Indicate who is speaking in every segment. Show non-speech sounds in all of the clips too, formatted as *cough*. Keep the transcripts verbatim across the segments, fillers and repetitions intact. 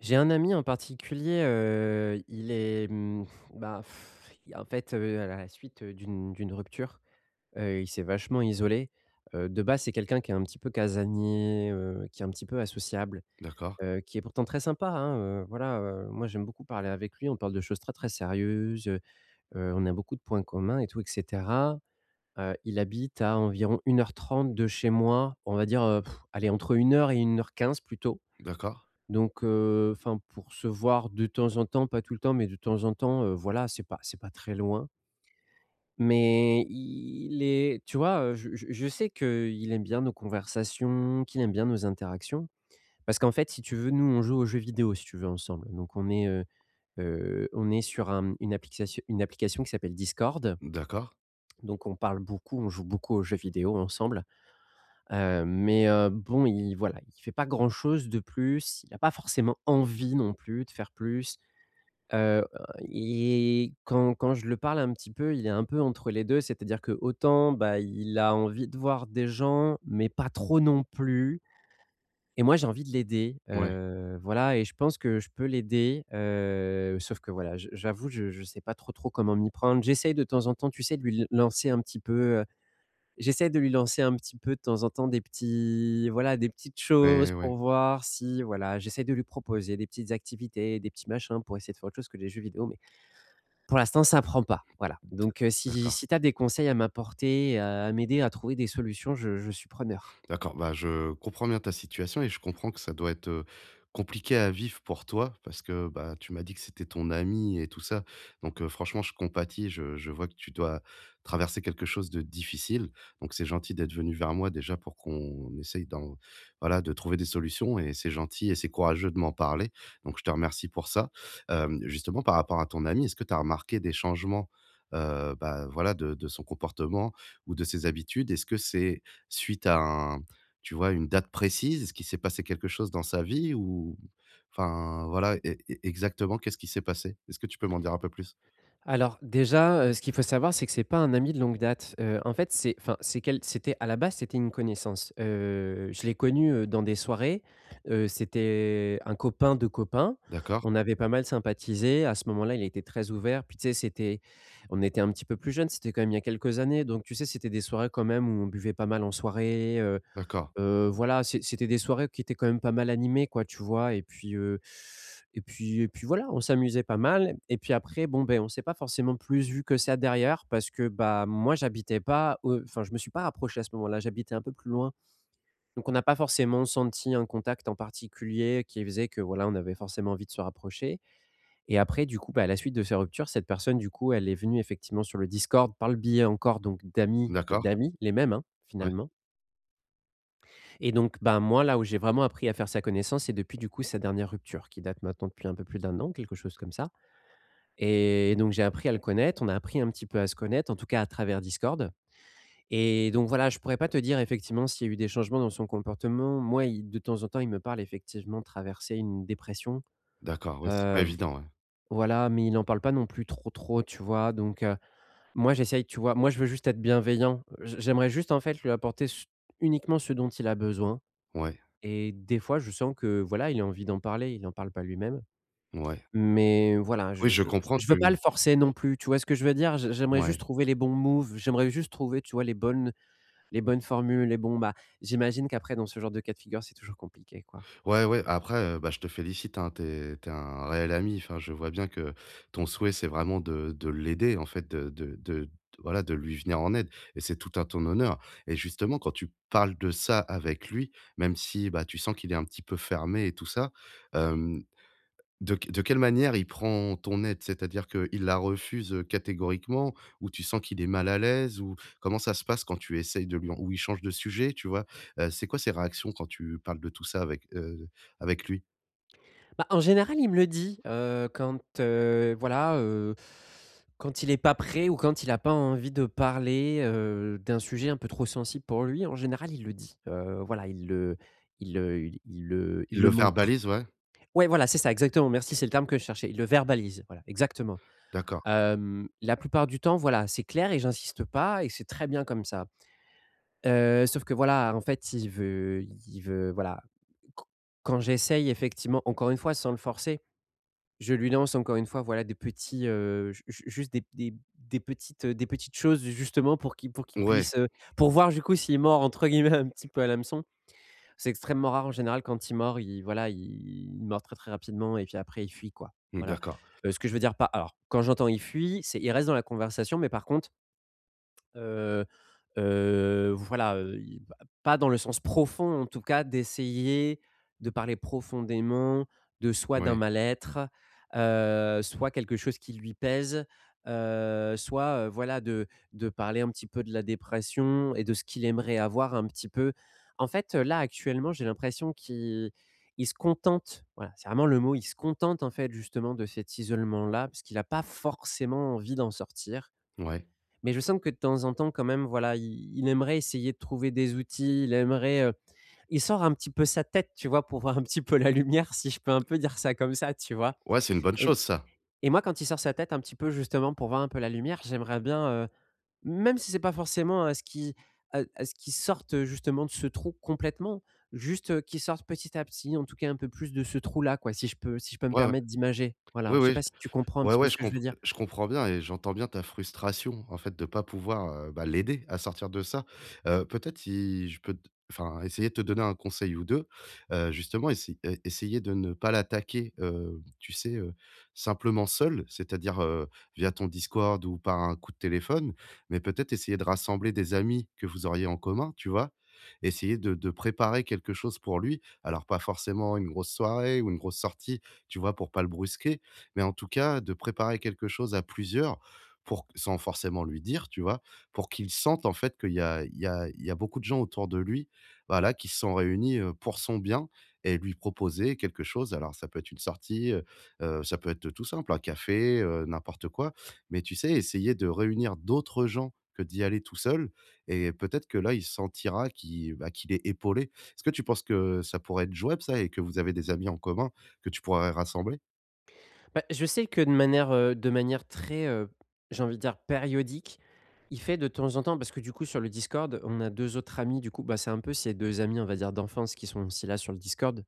Speaker 1: J'ai un ami en particulier, heu, il est, mmh, bah, pff, en fait, heu, à la suite, heu, d'une d'une rupture, heu, il s'est vachement isolé. Heu, de base, c'est quelqu'un qui est un petit peu casanier, heu, qui est un petit peu associable,
Speaker 2: D'accord,
Speaker 1: heu, qui est pourtant très sympa, hein, heu, voilà, heu, moi j'aime beaucoup parler avec lui, on parle de choses très, très sérieuses, heu, on a beaucoup de points communs et tout et cetera. Heu, il habite à environ une heure trente de chez moi, on va dire, heu, allez entre une heure et une heure quinze plutôt.
Speaker 2: d'accord,
Speaker 1: Donc heu, enfin, pour se voir de temps en temps, pas tout le temps, mais de temps en temps, heu, voilà, c'est pas c'est pas très loin. Mais il est tu vois, heu, je je je sais qu'il aime bien nos conversations, qu'il aime bien nos interactions. Parce qu'en fait, si tu veux, nous, on joue aux jeux vidéo, si tu veux, ensemble. Donc on est, heu heu, on est sur un une application une application qui s'appelle Discord.
Speaker 2: d'accord.
Speaker 1: Donc on parle beaucoup, on joue beaucoup aux jeux vidéo ensemble. Heu, mais heu, bon, il voilà, il fait pas grand chose de plus. Il a pas forcément envie non plus de faire plus. Heu, et quand quand je le parle un petit peu, il est un peu entre les deux, c'est-à-dire que autant bah, il a envie de voir des gens, mais pas trop non plus et moi, j'ai envie de l'aider,
Speaker 2: Ouais,
Speaker 1: heu, voilà et je pense que je peux l'aider, heu, sauf que voilà, je j'avoue, je je sais pas trop, trop comment m'y prendre. J'essaye de temps en temps, tu sais, de lui l lancer un petit peu, heu, j'essaie de lui lancer un petit peu de temps en temps des petits voilà, des petites choses
Speaker 2: ouais, ouais, ouais,
Speaker 1: pour voir si voilà, j'essaie de lui proposer des petites activités, des petits machins pour essayer de faire autre chose que les jeux vidéo, mais pour l'instant, ça prend pas, voilà. Donc heu, si
Speaker 2: d'accord.
Speaker 1: si tu as des conseils à m'apporter, heu, à m'aider à trouver des solutions, je je suis preneur.
Speaker 2: D'accord, bah, je comprends bien ta situation et je comprends que ça doit être, heu, compliqué à vivre pour toi parce que, bah, tu m'as dit que c'était ton ami et tout ça. Donc, heu, franchement, je compatis, je je vois que tu dois traverser quelque chose de difficile. Donc c'est gentil d'être venu vers moi déjà pour qu'on essaye d'en voilà, de trouver des solutions et c'est gentil et c'est courageux de m'en parler. Donc je te remercie pour ça. Hem, justement par rapport à ton ami, est-ce que tu as remarqué des changements, heu, bah, voilà, de de son comportement ou de ses habitudes? Est-ce que c'est suite à un tu vois, une date précise? Est-ce qu'il s'est passé quelque chose dans sa vie ou enfin, voilà, e e exactement qu'est-ce qui s'est passé? Est-ce que tu peux m'en dire un peu plus?
Speaker 1: Alors déjà, heu, ce qu'il faut savoir, c'est que c'est pas un ami de longue date. Heu, en fait, c'est enfin, c'est quel c'était à la base, c'était une connaissance. Heu, je l'ai connu, heu, dans des soirées. Heu, c'était un copain de copain.
Speaker 2: D'accord,
Speaker 1: On avait pas mal sympathisé. À ce moment-là, il était très ouvert. Puis, tu sais, c'était on était un petit peu plus jeunes, c'était quand même il y a quelques années. Donc, tu sais, c'était des soirées quand même où on buvait pas mal en soirée.
Speaker 2: d'accord,
Speaker 1: Heu, voilà, c'est c'était des soirées qui étaient quand même pas mal animées quoi, tu vois? Et puis, heu, et puis et puis voilà, on s'amusait pas mal et puis après bon, ben on s'est pas forcément plus vu que ça derrière parce que, bah, moi j'habitais pas au enfin je me suis pas rapproché à ce moment-là, j'habitais un peu plus loin. Donc on n'a pas forcément senti un contact en particulier qui faisait que voilà, on avait forcément envie de se rapprocher. Et après du coup, bah, à la suite de ces ruptures, cette personne du coup, elle est venue effectivement sur le Discord par le biais encore donc d'amis, heu,
Speaker 2: d'accord,
Speaker 1: d'amis, les mêmes, hein,
Speaker 2: ouais,
Speaker 1: finalement. Et donc, ben, moi, là où j'ai vraiment appris à faire sa connaissance, c'est depuis, du coup, sa dernière rupture qui date maintenant depuis un peu plus d'un an, quelque chose comme ça. Et donc j'ai appris à le connaître, on a appris un petit peu à se connaître, en tout cas à travers Discord. Et donc voilà, je pourrais pas te dire effectivement s'il y a eu des changements dans son comportement. Moi, il de temps en temps, il me parle effectivement de traverser une dépression,
Speaker 2: d'accord, ouais, c'est pas
Speaker 1: heu,
Speaker 2: évident, ouais.
Speaker 1: voilà, mais il en parle pas non plus trop, trop, tu vois? Donc heu, moi, j'essaye, tu vois? Moi, je veux juste être bienveillant. J j'aimerais juste, en fait, lui apporter ce uniquement ce dont il a besoin.
Speaker 2: Ouais,
Speaker 1: Et des fois, je sens que, voilà, il a envie d'en parler, il en parle pas lui-même.
Speaker 2: ouais.
Speaker 1: Mais voilà,
Speaker 2: Oui,
Speaker 1: je
Speaker 2: je
Speaker 1: je
Speaker 2: comprends,
Speaker 1: je veux pas
Speaker 2: tu
Speaker 1: le forcer non plus, tu vois ce que je veux dire? J j'aimerais juste
Speaker 2: ouais.
Speaker 1: trouver les bons moves, j'aimerais juste trouver, tu vois, les bonnes les bonnes formules, les bons bah, j'imagine qu'après dans ce genre de cas de figure, c'est toujours compliqué, quoi.
Speaker 2: Ouais, ouais, après, heu, bah, je te félicite, hein, t'es es un réel ami. Enfin, je vois bien que ton souhait, c'est vraiment de de l'aider, en fait, de de de voilà, de lui venir en aide et c'est tout à ton honneur et justement, quand tu parles de ça avec lui, même si, bah, tu sens qu'il est un petit peu fermé et tout ça, de q de quelle manière il prend ton aide? C'est-à-dire qu'il la refuse, heu, catégoriquement ou tu sens qu'il est mal à l'aise ou comment ça se passe quand tu essayes de lui en ou il change de sujet, tu vois? Heu, c'est quoi ses réactions quand tu parles de tout ça avec, heu, avec lui?
Speaker 1: Bah, en général, il me le dit, heu, quand, heu, voilà, heu, quand il est pas prêt ou quand il a pas envie de parler, heu, d'un sujet un peu trop sensible pour lui, en général, il le dit. Heu, voilà, il le il le il il le il
Speaker 2: Il
Speaker 1: le
Speaker 2: le
Speaker 1: montre.
Speaker 2: verbalise, ouais?
Speaker 1: Ouais, voilà, c'est ça, exactement, merci, c'est le terme que je cherchais. Il le verbalise, voilà, exactement.
Speaker 2: D'accord.
Speaker 1: Hem, la plupart du temps, voilà, c'est clair et j'insiste pas et c'est très bien comme ça. Heu, sauf que voilà, en fait, il veut il veut voilà, q quand j'essaye effectivement, encore une fois, sans le forcer, je lui lance encore une fois, voilà, des petits, heu, ju ju juste des des des petites, des petites choses justement pour qu'il pour qu'il
Speaker 2: Ouais,
Speaker 1: puisse, heu, pour voir du coup s'il mord entre guillemets *laughs* un petit peu à l'hameçon. C'est extrêmement rare en général quand ils mordent, ils voilà, ils mordent très, très rapidement et puis après ils fuient quoi,
Speaker 2: mmh,
Speaker 1: voilà.
Speaker 2: d'accord.
Speaker 1: Heu, ce que je veux dire pas alors quand j'entends «ils fuient», c'est ils restent dans la conversation mais par contre, Heu heu, voilà, heu, i pas dans le sens profond, en tout cas, d'essayer de parler profondément de soit d'un
Speaker 2: Ouais,
Speaker 1: mal-être, heu, soit quelque chose qui lui pèse, heu, soit, heu, voilà, de de parler un petit peu de la dépression et de ce qu'il aimerait avoir un petit peu. En fait, heu, là, actuellement, j'ai l'impression qu'il il se contente, voilà, c'est vraiment le mot, il se contente, en fait, justement, de cet isolement-là, parce qu'il n'a pas forcément envie d'en sortir.
Speaker 2: ouais.
Speaker 1: Mais je sens que de temps en temps quand même, voilà, il il aimerait essayer de trouver des outils, il aimerait, heu, il sort un petit peu sa tête, tu vois? Pour voir un petit peu la lumière, si je peux un peu dire ça comme ça, tu vois?
Speaker 2: Ouais, c'est une bonne
Speaker 1: Et
Speaker 2: chose ça.
Speaker 1: et moi, quand il sort sa tête un petit peu justement pour voir un peu la lumière, j'aimerais bien, heu, même si c'est pas forcément à ce qui, à à ce qu'il sorte, heu, justement de ce trou complètement, juste, heu, qu'il sorte petit à petit, en tout cas un peu plus de ce trou-là, quoi, si je peux si je peux me
Speaker 2: Ouais, ouais.
Speaker 1: permettre d'imager. Voilà,
Speaker 2: Oui,
Speaker 1: je sais
Speaker 2: oui.
Speaker 1: pas si tu comprends un
Speaker 2: Ouais,
Speaker 1: petit peu
Speaker 2: ouais,
Speaker 1: ce
Speaker 2: je
Speaker 1: que je
Speaker 2: comp
Speaker 1: veux dire?
Speaker 2: je comprends bien et j'entends bien ta frustration, en fait, de pas pouvoir, heu, bah, l'aider à sortir de ça. Heu, peut-être si je peux t enfin, essayer de te donner un conseil ou deux heu, justement, essayer e essayer de ne pas l'attaquer, heu, tu sais, heu, simplement seul, c'est-à-dire, heu, via ton Discord ou par un coup de téléphone, mais peut-être essayer de rassembler des amis que vous auriez en commun, tu vois? Essayer de de préparer quelque chose pour lui, alors pas forcément une grosse soirée ou une grosse sortie, tu vois, pour pas le brusquer, mais en tout cas, de préparer quelque chose à plusieurs pour sans forcément lui dire, tu vois? Pour qu'il sente, en fait, qu'il y a il y a il y a beaucoup de gens autour de lui, voilà, qui se sont réunis, heu, pour son bien et lui proposer quelque chose. Alors ça peut être une sortie, heu heu, ça peut être tout simple, un café, heu, n'importe quoi, mais tu sais, essayer de réunir d'autres gens que d'y aller tout seul et peut-être que là, il sentira qu'il bah, qu'il est épaulé. Est-ce que tu penses que ça pourrait être jouable ça et que vous avez des amis en commun que tu pourrais rassembler?
Speaker 1: Bah, je sais que de manière, heu, de manière très, heu, j'ai envie de dire périodique, il fait de temps en temps parce que du coup sur le Discord, on a deux autres amis du coup, bah, c'est un peu ces deux amis on va dire d'enfance qui sont aussi là sur le Discord,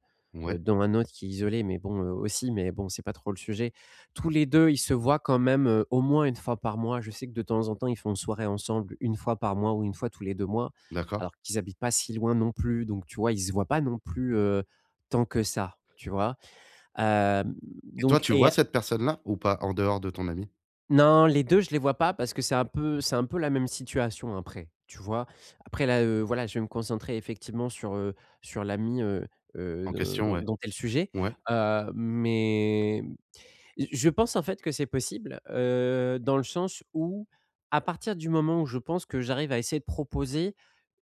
Speaker 1: heu,
Speaker 2: Ouais.
Speaker 1: dont un autre qui est isolé mais bon, heu, aussi, mais bon c'est pas trop le sujet. Tous les deux ils se voient quand même, heu, au moins une fois par mois. Je sais que de temps en temps, ils font une soirée ensemble une fois par mois ou une fois tous les deux mois, alors
Speaker 2: D'accord
Speaker 1: qu'ils habitent pas si loin non plus, donc tu vois, ils se voient pas non plus, heu, tant que ça, tu vois? Hem,
Speaker 2: et toi,
Speaker 1: donc
Speaker 2: tu
Speaker 1: et
Speaker 2: vois cette personne-là ou pas, en dehors de ton ami
Speaker 1: Non, les deux, je les vois pas parce que c'est un peu c'est un peu la même situation après, tu vois? Après là, heu, voilà, je vais me concentrer effectivement sur, heu, sur l'ami, heu heu,
Speaker 2: en
Speaker 1: de
Speaker 2: question?
Speaker 1: dont
Speaker 2: Ouais.
Speaker 1: dont est le sujet,
Speaker 2: Ouais,
Speaker 1: heu, mais je pense, en fait, que c'est possible, heu, dans le sens où, à partir du moment où je pense que j'arrive à essayer de proposer,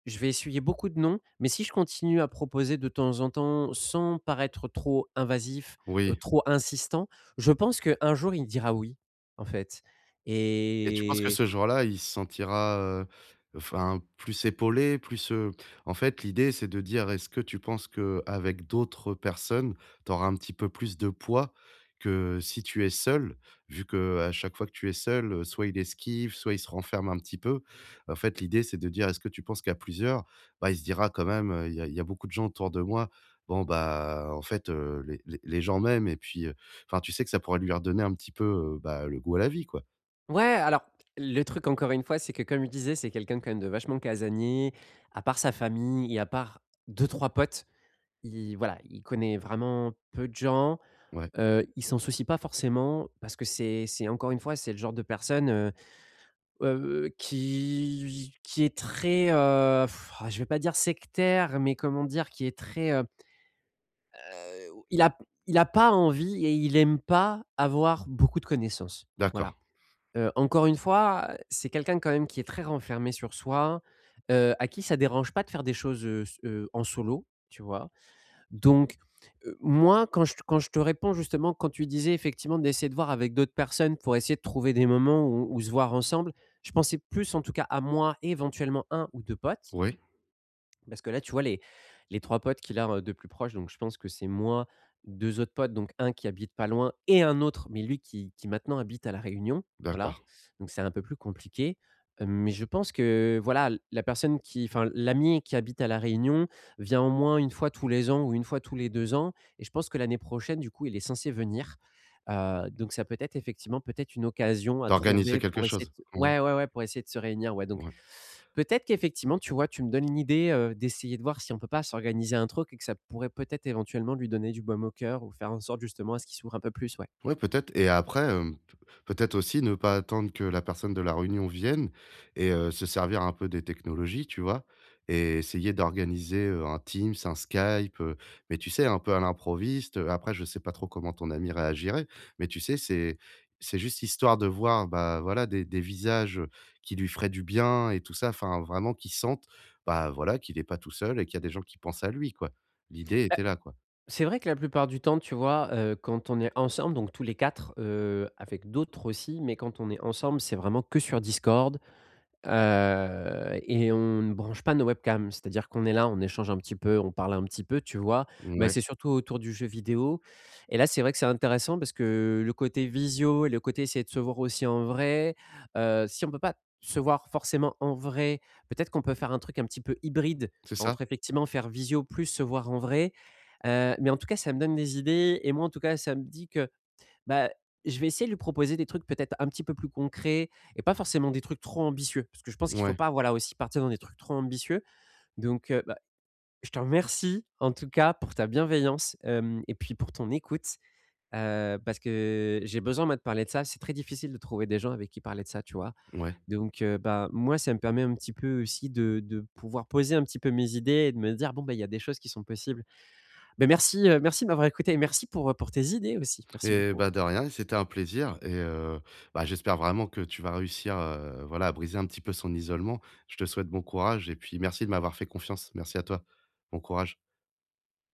Speaker 1: je vais essuyer beaucoup de non, mais si je continue à proposer de temps en temps sans paraître trop invasif, heu,
Speaker 2: oui,
Speaker 1: trop insistant, je pense qu'un jour il dira «oui», en fait.
Speaker 2: et tu penses que
Speaker 1: Et
Speaker 2: ce jour-là, il se sentira, heu, enfin, plus épaulé, plus, heu en fait, l'idée, c'est de dire, est-ce que tu penses qu'avec d'autres personnes, tu auras un petit peu plus de poids que si tu es seul? Vu que à chaque fois que tu es seul, heu, soit il esquive, soit il se renferme un petit peu. En fait, l'idée, c'est de dire, est-ce que tu penses qu'à plusieurs, bah, il se dira quand même, heu: «Il y a il y a beaucoup de gens autour de moi. Bon, bah, en fait, heu, les les les gens m'aiment» et puis, heu, enfin, tu sais que ça pourrait lui redonner un petit peu, heu, bah, le goût à la vie, quoi.
Speaker 1: ouais, alors, le truc encore une fois, c'est que comme je disais, c'est quelqu'un quand même de vachement casanier. À part sa famille et à part deux trois potes, il voilà, il connaît vraiment peu de gens.
Speaker 2: Ouais.
Speaker 1: Heu, ils s'en soucie pas forcément parce que c'est c'est encore une fois, c'est le genre de personne, heu heu, qui qui est très, heu, ah, je vais pas dire sectaire, mais comment dire? Qui est très, heu heu, il a il a pas envie et il aime pas avoir beaucoup de connaissances.
Speaker 2: D'accord,
Speaker 1: Voilà. Heu, encore une fois, c'est quelqu'un quand même qui est très renfermé sur soi, heu, à qui ça dérange pas de faire des choses, heu, s heu, en solo, tu vois? Donc, heu, moi, quand je quand je te réponds justement, quand tu disais effectivement d'essayer de voir avec d'autres personnes pour essayer de trouver des moments où où se voir ensemble, je pensais plus en tout cas à moi, et éventuellement un ou deux potes
Speaker 2: oui,
Speaker 1: parce que là, tu vois, les, les trois potes qu'il a, heu, de plus proches, donc je pense que c'est moi, deux autres potes, donc un qui habite pas loin et un autre, mais lui qui qui maintenant habite à La Réunion, voilà,
Speaker 2: d'accord.
Speaker 1: donc c'est un peu plus compliqué. Heu, mais je pense que voilà, l la personne qui enfin l'ami qui habite à La Réunion vient au moins une fois tous les ans ou une fois tous les deux ans et je pense que l'année prochaine, du coup, il est censé venir. Heu, donc ça peut être effectivement peut-être une occasion à
Speaker 2: D'organiser
Speaker 1: trouver
Speaker 2: quelque
Speaker 1: pour essayer
Speaker 2: chose?
Speaker 1: de
Speaker 2: Ouais,
Speaker 1: ouais, ouais, ouais, pour essayer de se réunir, ouais, donc.
Speaker 2: ouais.
Speaker 1: Peut-être qu'effectivement, tu vois, tu me donnes une idée, heu, d'essayer de voir si on peut pas s'organiser un truc et que ça pourrait peut-être éventuellement lui donner du baume au cœur ou faire en sorte justement à ce qu'il s'ouvre un peu plus, ouais.
Speaker 2: Ouais, peut-être et après, hem, peut-être aussi ne pas attendre que la personne de la réunion vienne et heu, se servir un peu des technologies, tu vois? Et essayer d'organiser, heu, un Teams, un Skype, heu, mais tu sais, un peu à l'improviste, heu, après je sais pas trop comment ton ami réagirait, mais tu sais, c'est c'est juste histoire de voir, bah, voilà, des des visages, qui lui feraient du bien et tout ça, enfin vraiment qu'il sente, bah, voilà, qu'il est pas tout seul et qu'il y a des gens qui pensent à lui, quoi. L'idée
Speaker 1: Bah,
Speaker 2: était là, quoi.
Speaker 1: c'est vrai que la plupart du temps, tu vois, heu, quand on est ensemble, donc tous les quatre, heu, avec d'autres aussi, mais quand on est ensemble, c'est vraiment que sur Discord. Heu et on ne branche pas nos webcams. C'est-à-dire qu'on est là, on échange un petit peu, on parle un petit peu, tu vois? Mais
Speaker 2: Ouais,
Speaker 1: c'est surtout autour du jeu vidéo et là, c'est vrai que c'est intéressant parce que le côté visio et le côté essayer de se voir aussi en vrai, heu, si on peut pas se voir forcément en vrai, peut-être qu'on peut faire un truc un petit peu hybride
Speaker 2: c'est ça.
Speaker 1: entre effectivement faire visio plus se voir en vrai, heu, mais en tout cas, ça me donne des idées et moi, en tout cas, ça me dit que bah, je vais essayer de lui proposer des trucs peut-être un petit peu plus concrets et pas forcément des trucs trop ambitieux. Parce que je pense qu'il faut
Speaker 2: Ouais,
Speaker 1: pas, voilà, aussi partir dans des trucs trop ambitieux. Donc, heu, bah, je te remercie en tout cas pour ta bienveillance, hem, et puis pour ton écoute, heu, parce que j'ai besoin, moi, de parler de ça. C'est très difficile de trouver des gens avec qui parler de ça, tu vois?
Speaker 2: ouais.
Speaker 1: Donc, heu, bah, moi, ça me permet un petit peu aussi de de pouvoir poser un petit peu mes idées et de me dire: «Bon, bah, il y a des choses qui sont possibles». Beh, merci, heu, merci de m'avoir écouté et merci pour, heu, pour tes idées aussi. Merci
Speaker 2: Et
Speaker 1: beaucoup.
Speaker 2: bah, de rien c'était un plaisir et heu, bah, j'espère vraiment que tu vas réussir, heu, voilà, à briser un petit peu son isolement. Je te souhaite bon courage et puis merci de m'avoir fait confiance. Merci à toi. Bon courage.